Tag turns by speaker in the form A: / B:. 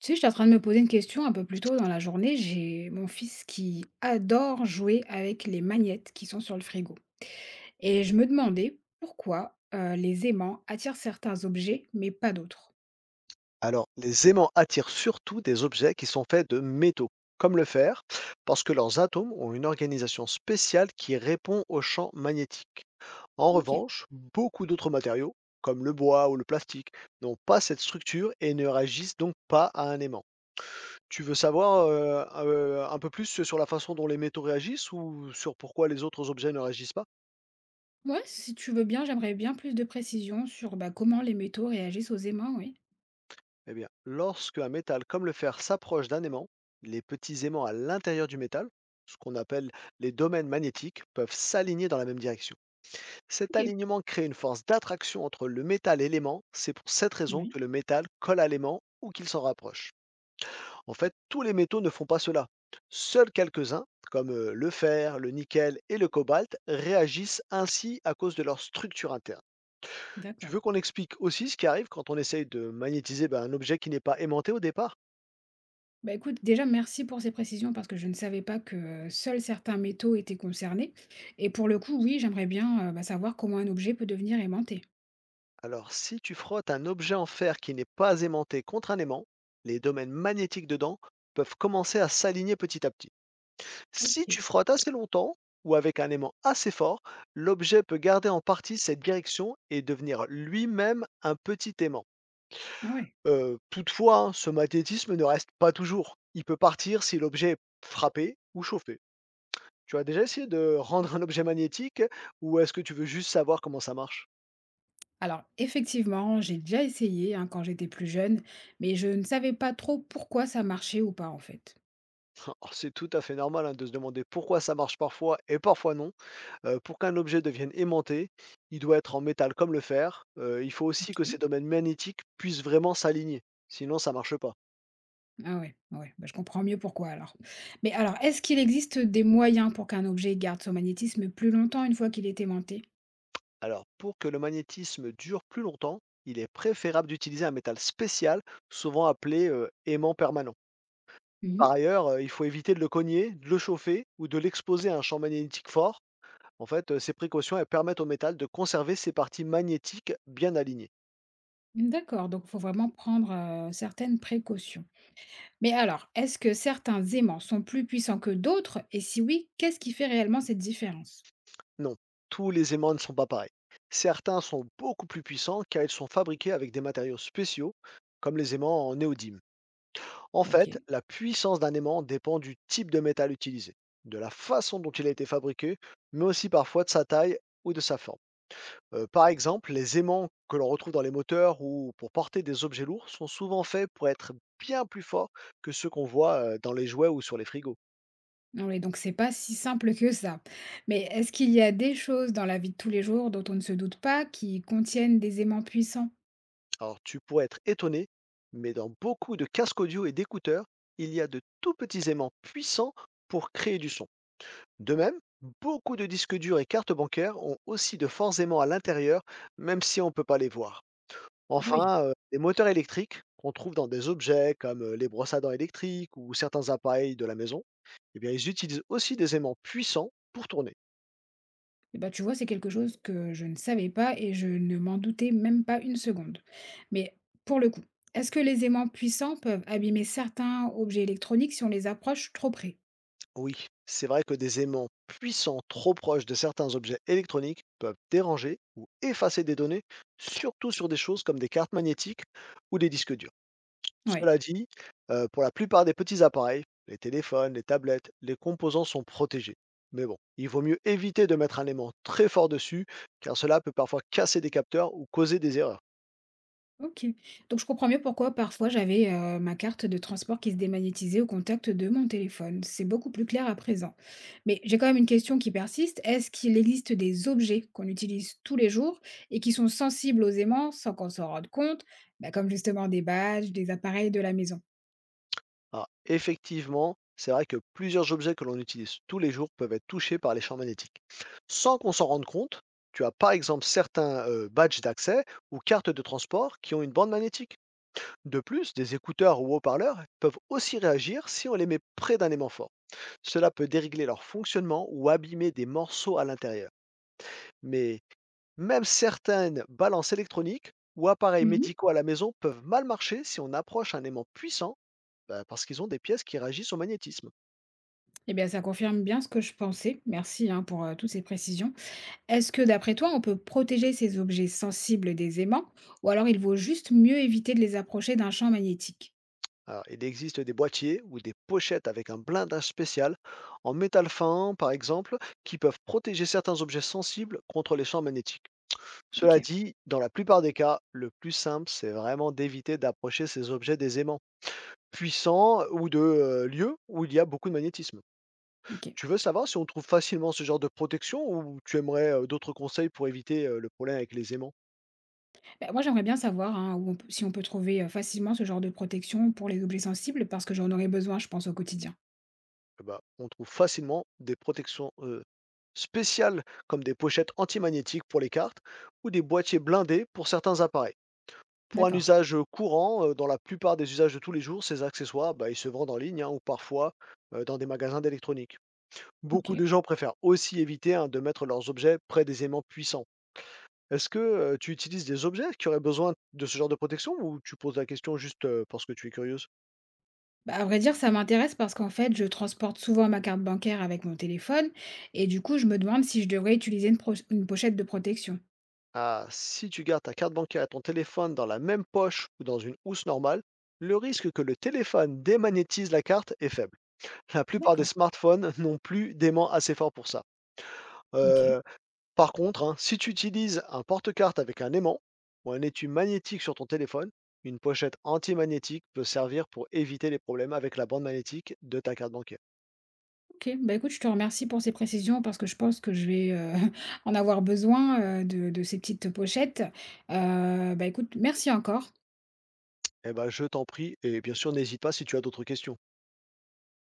A: Tu sais, j'étais en train de me poser une question un peu plus tôt dans la journée. J'ai mon fils qui adore jouer avec les magnettes qui sont sur le frigo. Et je me demandais pourquoi les aimants attirent certains objets, mais pas d'autres.
B: Alors, les aimants attirent surtout des objets qui sont faits de métaux, comme le fer, parce que leurs atomes ont une organisation spéciale qui répond au champ magnétique. En
A: Ok.
B: revanche, beaucoup d'autres matériaux, comme le bois ou le plastique, n'ont pas cette structure et ne réagissent donc pas à un aimant. Tu veux savoir un peu plus sur la façon dont les métaux réagissent ou sur pourquoi les autres objets ne réagissent pas?
A: Ouais, si tu veux bien, j'aimerais bien plus de précisions sur bah, comment les métaux réagissent aux aimants, oui.
B: Eh bien, lorsque un métal comme le fer s'approche d'un aimant, les petits aimants à l'intérieur du métal, ce qu'on appelle les domaines magnétiques, peuvent s'aligner dans la même direction. Cet
A: Ok.
B: alignement crée une force d'attraction entre le métal et l'aimant. C'est pour cette raison
A: Oui,
B: que le métal colle à l'aimant ou qu'il s'en rapproche. En fait, tous les métaux ne font pas cela. Seuls quelques-uns, comme le fer, le nickel et le cobalt, réagissent ainsi à cause de leur structure interne. Tu
A: d'accord.
B: veux qu'on explique aussi ce qui arrive quand on essaye de magnétiser ben, un objet qui n'est pas aimanté au départ?
A: Bah écoute, déjà merci pour ces précisions parce que je ne savais pas que seuls certains métaux étaient concernés. Et pour le coup, oui, j'aimerais bien bah, savoir comment un objet peut devenir aimanté.
B: Alors, si tu frottes un objet en fer qui n'est pas aimanté contre un aimant, les domaines magnétiques dedans peuvent commencer à s'aligner petit à petit. Si
A: Ok.
B: tu frottes assez longtemps ou avec un aimant assez fort, l'objet peut garder en partie cette direction et devenir lui-même un petit aimant.
A: Ah ouais.
B: Toutefois, hein, ce magnétisme ne reste pas toujours. Il peut partir si l'objet est frappé ou chauffé. Tu as déjà essayé de rendre un objet magnétique ou est-ce que tu veux juste savoir comment ça marche?
A: Alors, effectivement, j'ai déjà essayé hein, quand j'étais plus jeune, mais je ne savais pas trop pourquoi ça marchait ou pas en fait.
B: Alors, c'est tout à fait normal, hein, de se demander pourquoi ça marche parfois et parfois non. Pour qu'un objet devienne aimanté, il doit être en métal comme le fer. Il faut aussi que
A: Ok.
B: ces domaines magnétiques puissent vraiment s'aligner, sinon ça marche pas.
A: Ah ouais, ouais, bah, je comprends mieux pourquoi alors. Mais alors, est-ce qu'il existe des moyens pour qu'un objet garde son magnétisme plus longtemps une fois qu'il est aimanté?
B: Alors, pour que le magnétisme dure plus longtemps, il est préférable d'utiliser un métal spécial, souvent appelé, aimant permanent.
A: Mhm.
B: Par ailleurs, il faut éviter de le cogner, de le chauffer ou de l'exposer à un champ magnétique fort. En fait, ces précautions, elles permettent au métal de conserver ses parties magnétiques bien alignées.
A: D'accord, donc il faut vraiment prendre certaines précautions. Mais alors, est-ce que certains aimants sont plus puissants que d'autres? Et si oui, qu'est-ce qui fait réellement cette différence?
B: Non, tous les aimants ne sont pas pareils. Certains sont beaucoup plus puissants car ils sont fabriqués avec des matériaux spéciaux, comme les aimants en néodyme. En fait,
A: Ok.
B: la puissance d'un aimant dépend du type de métal utilisé, de la façon dont il a été fabriqué, mais aussi parfois de sa taille ou de sa forme. Par exemple, les aimants que l'on retrouve dans les moteurs ou pour porter des objets lourds sont souvent faits pour être bien plus forts que ceux qu'on voit dans les jouets ou sur les frigos.
A: Oui, donc c'est pas si simple que ça. Mais est-ce qu'il y a des choses dans la vie de tous les jours dont on ne se doute pas qui contiennent des aimants puissants?
B: Alors, tu pourrais être étonné, mais dans beaucoup de casques audio et d'écouteurs, il y a de tout petits aimants puissants pour créer du son. De même, beaucoup de disques durs et cartes bancaires ont aussi de forts aimants à l'intérieur, même si on ne peut pas les voir.
A: Ah oui.
B: Enfin, les moteurs électriques qu'on trouve dans des objets comme les brosses à dents électriques ou certains appareils de la maison, eh bien, ils utilisent aussi des aimants puissants pour tourner.
A: Eh ben, tu vois, c'est quelque chose que je ne savais pas et je ne m'en doutais même pas une seconde. Mais pour le coup, est-ce que les aimants puissants peuvent abîmer certains objets électroniques si on les approche trop près?
B: Oui, c'est vrai que des aimants puissants trop proches de certains objets électroniques peuvent déranger ou effacer des données, surtout sur des choses comme des cartes magnétiques ou des disques durs.
A: Oui.
B: Cela dit, pour la plupart des petits appareils, les téléphones, les tablettes, les composants sont protégés. Mais bon, il vaut mieux éviter de mettre un aimant très fort dessus, car cela peut parfois casser des capteurs ou causer des erreurs.
A: OK. Donc je comprends mieux pourquoi parfois j'avais, ma carte de transport qui se démagnétisait au contact de mon téléphone. C'est beaucoup plus clair à présent. Mais j'ai quand même une question qui persiste. Est-ce qu'il existe des objets qu'on utilise tous les jours et qui sont sensibles aux aimants sans qu'on s'en rende compte? Bah, comme justement des badges, des appareils de la maison.
B: Alors effectivement, c'est vrai que plusieurs objets que l'on utilise tous les jours peuvent être touchés par les champs magnétiques. Sans qu'on s'en rende compte, tu as par exemple certains badges d'accès ou cartes de transport qui ont une bande magnétique. De plus, des écouteurs ou haut-parleurs peuvent aussi réagir si on les met près d'un aimant fort. Cela peut dérégler leur fonctionnement ou abîmer des morceaux à l'intérieur. Mais même certaines balances électroniques ou appareils
A: Mmh.
B: médicaux à la maison peuvent mal marcher si on approche un aimant puissant, bah, parce qu'ils ont des pièces qui réagissent au magnétisme.
A: Eh bien, ça confirme bien ce que je pensais. Merci, hein, pour, toutes ces précisions. Est-ce que d'après toi, on peut protéger ces objets sensibles des aimants ou alors il vaut juste mieux éviter de les approcher d'un champ magnétique?
B: Alors, il existe des boîtiers ou des pochettes avec un blindage spécial, en métal fin par exemple, qui peuvent protéger certains objets sensibles contre les champs magnétiques. Cela
A: OK.
B: dit, dans la plupart des cas, le plus simple, c'est vraiment d'éviter d'approcher ces objets des aimants puissants ou de lieux où il y a beaucoup de magnétisme.
A: OK.
B: Tu veux savoir si on trouve facilement ce genre de protection ou tu aimerais d'autres conseils pour éviter le problème avec les aimants?
A: Bah, moi, j'aimerais bien savoir, hein, où on peut si on peut trouver, facilement ce genre de protection pour les objets sensibles parce que j'en aurais besoin, je pense, au quotidien.
B: Eh ben, on trouve facilement des protections spéciales comme des pochettes antimagnétiques pour les cartes ou des boîtiers blindés pour certains appareils. Pour un
A: D'accord,
B: usage courant, dans la plupart des usages de tous les jours, ces accessoires, bah, ils se vendent en ligne hein, ou parfois dans des magasins d'électronique. Beaucoup
A: OK.
B: de gens préfèrent aussi éviter hein, de mettre leurs objets près des aimants puissants. Est-ce que, tu utilises des objets qui auraient besoin de ce genre de protection ou tu poses la question juste, parce que tu es curieuse?
A: Bah, à vrai dire, ça m'intéresse parce qu'en fait, je transporte souvent ma carte bancaire avec mon téléphone et du coup, je me demande si je devrais utiliser une pochette de protection.
B: Ah, si tu gardes ta carte bancaire et ton téléphone dans la même poche ou dans une housse normale, le risque que le téléphone démagnétise la carte est faible. La plupart des
A: D'accord,
B: smartphones n'ont plus d'aimant assez fort pour ça.
A: OK.
B: Heu, Par contre, hein, si tu utilises un porte-carte avec un aimant ou un étui magnétique sur ton téléphone, une pochette anti-magnétique peut servir pour éviter les problèmes avec la bande magnétique de ta carte bancaire.
A: OK, bah, écoute, je te remercie pour ces précisions parce que je pense que je vais, en avoir besoin, de ces petites pochettes. Bah, écoute, merci encore.
B: Eh ben, je t'en prie et bien sûr, n'hésite pas si tu as d'autres questions.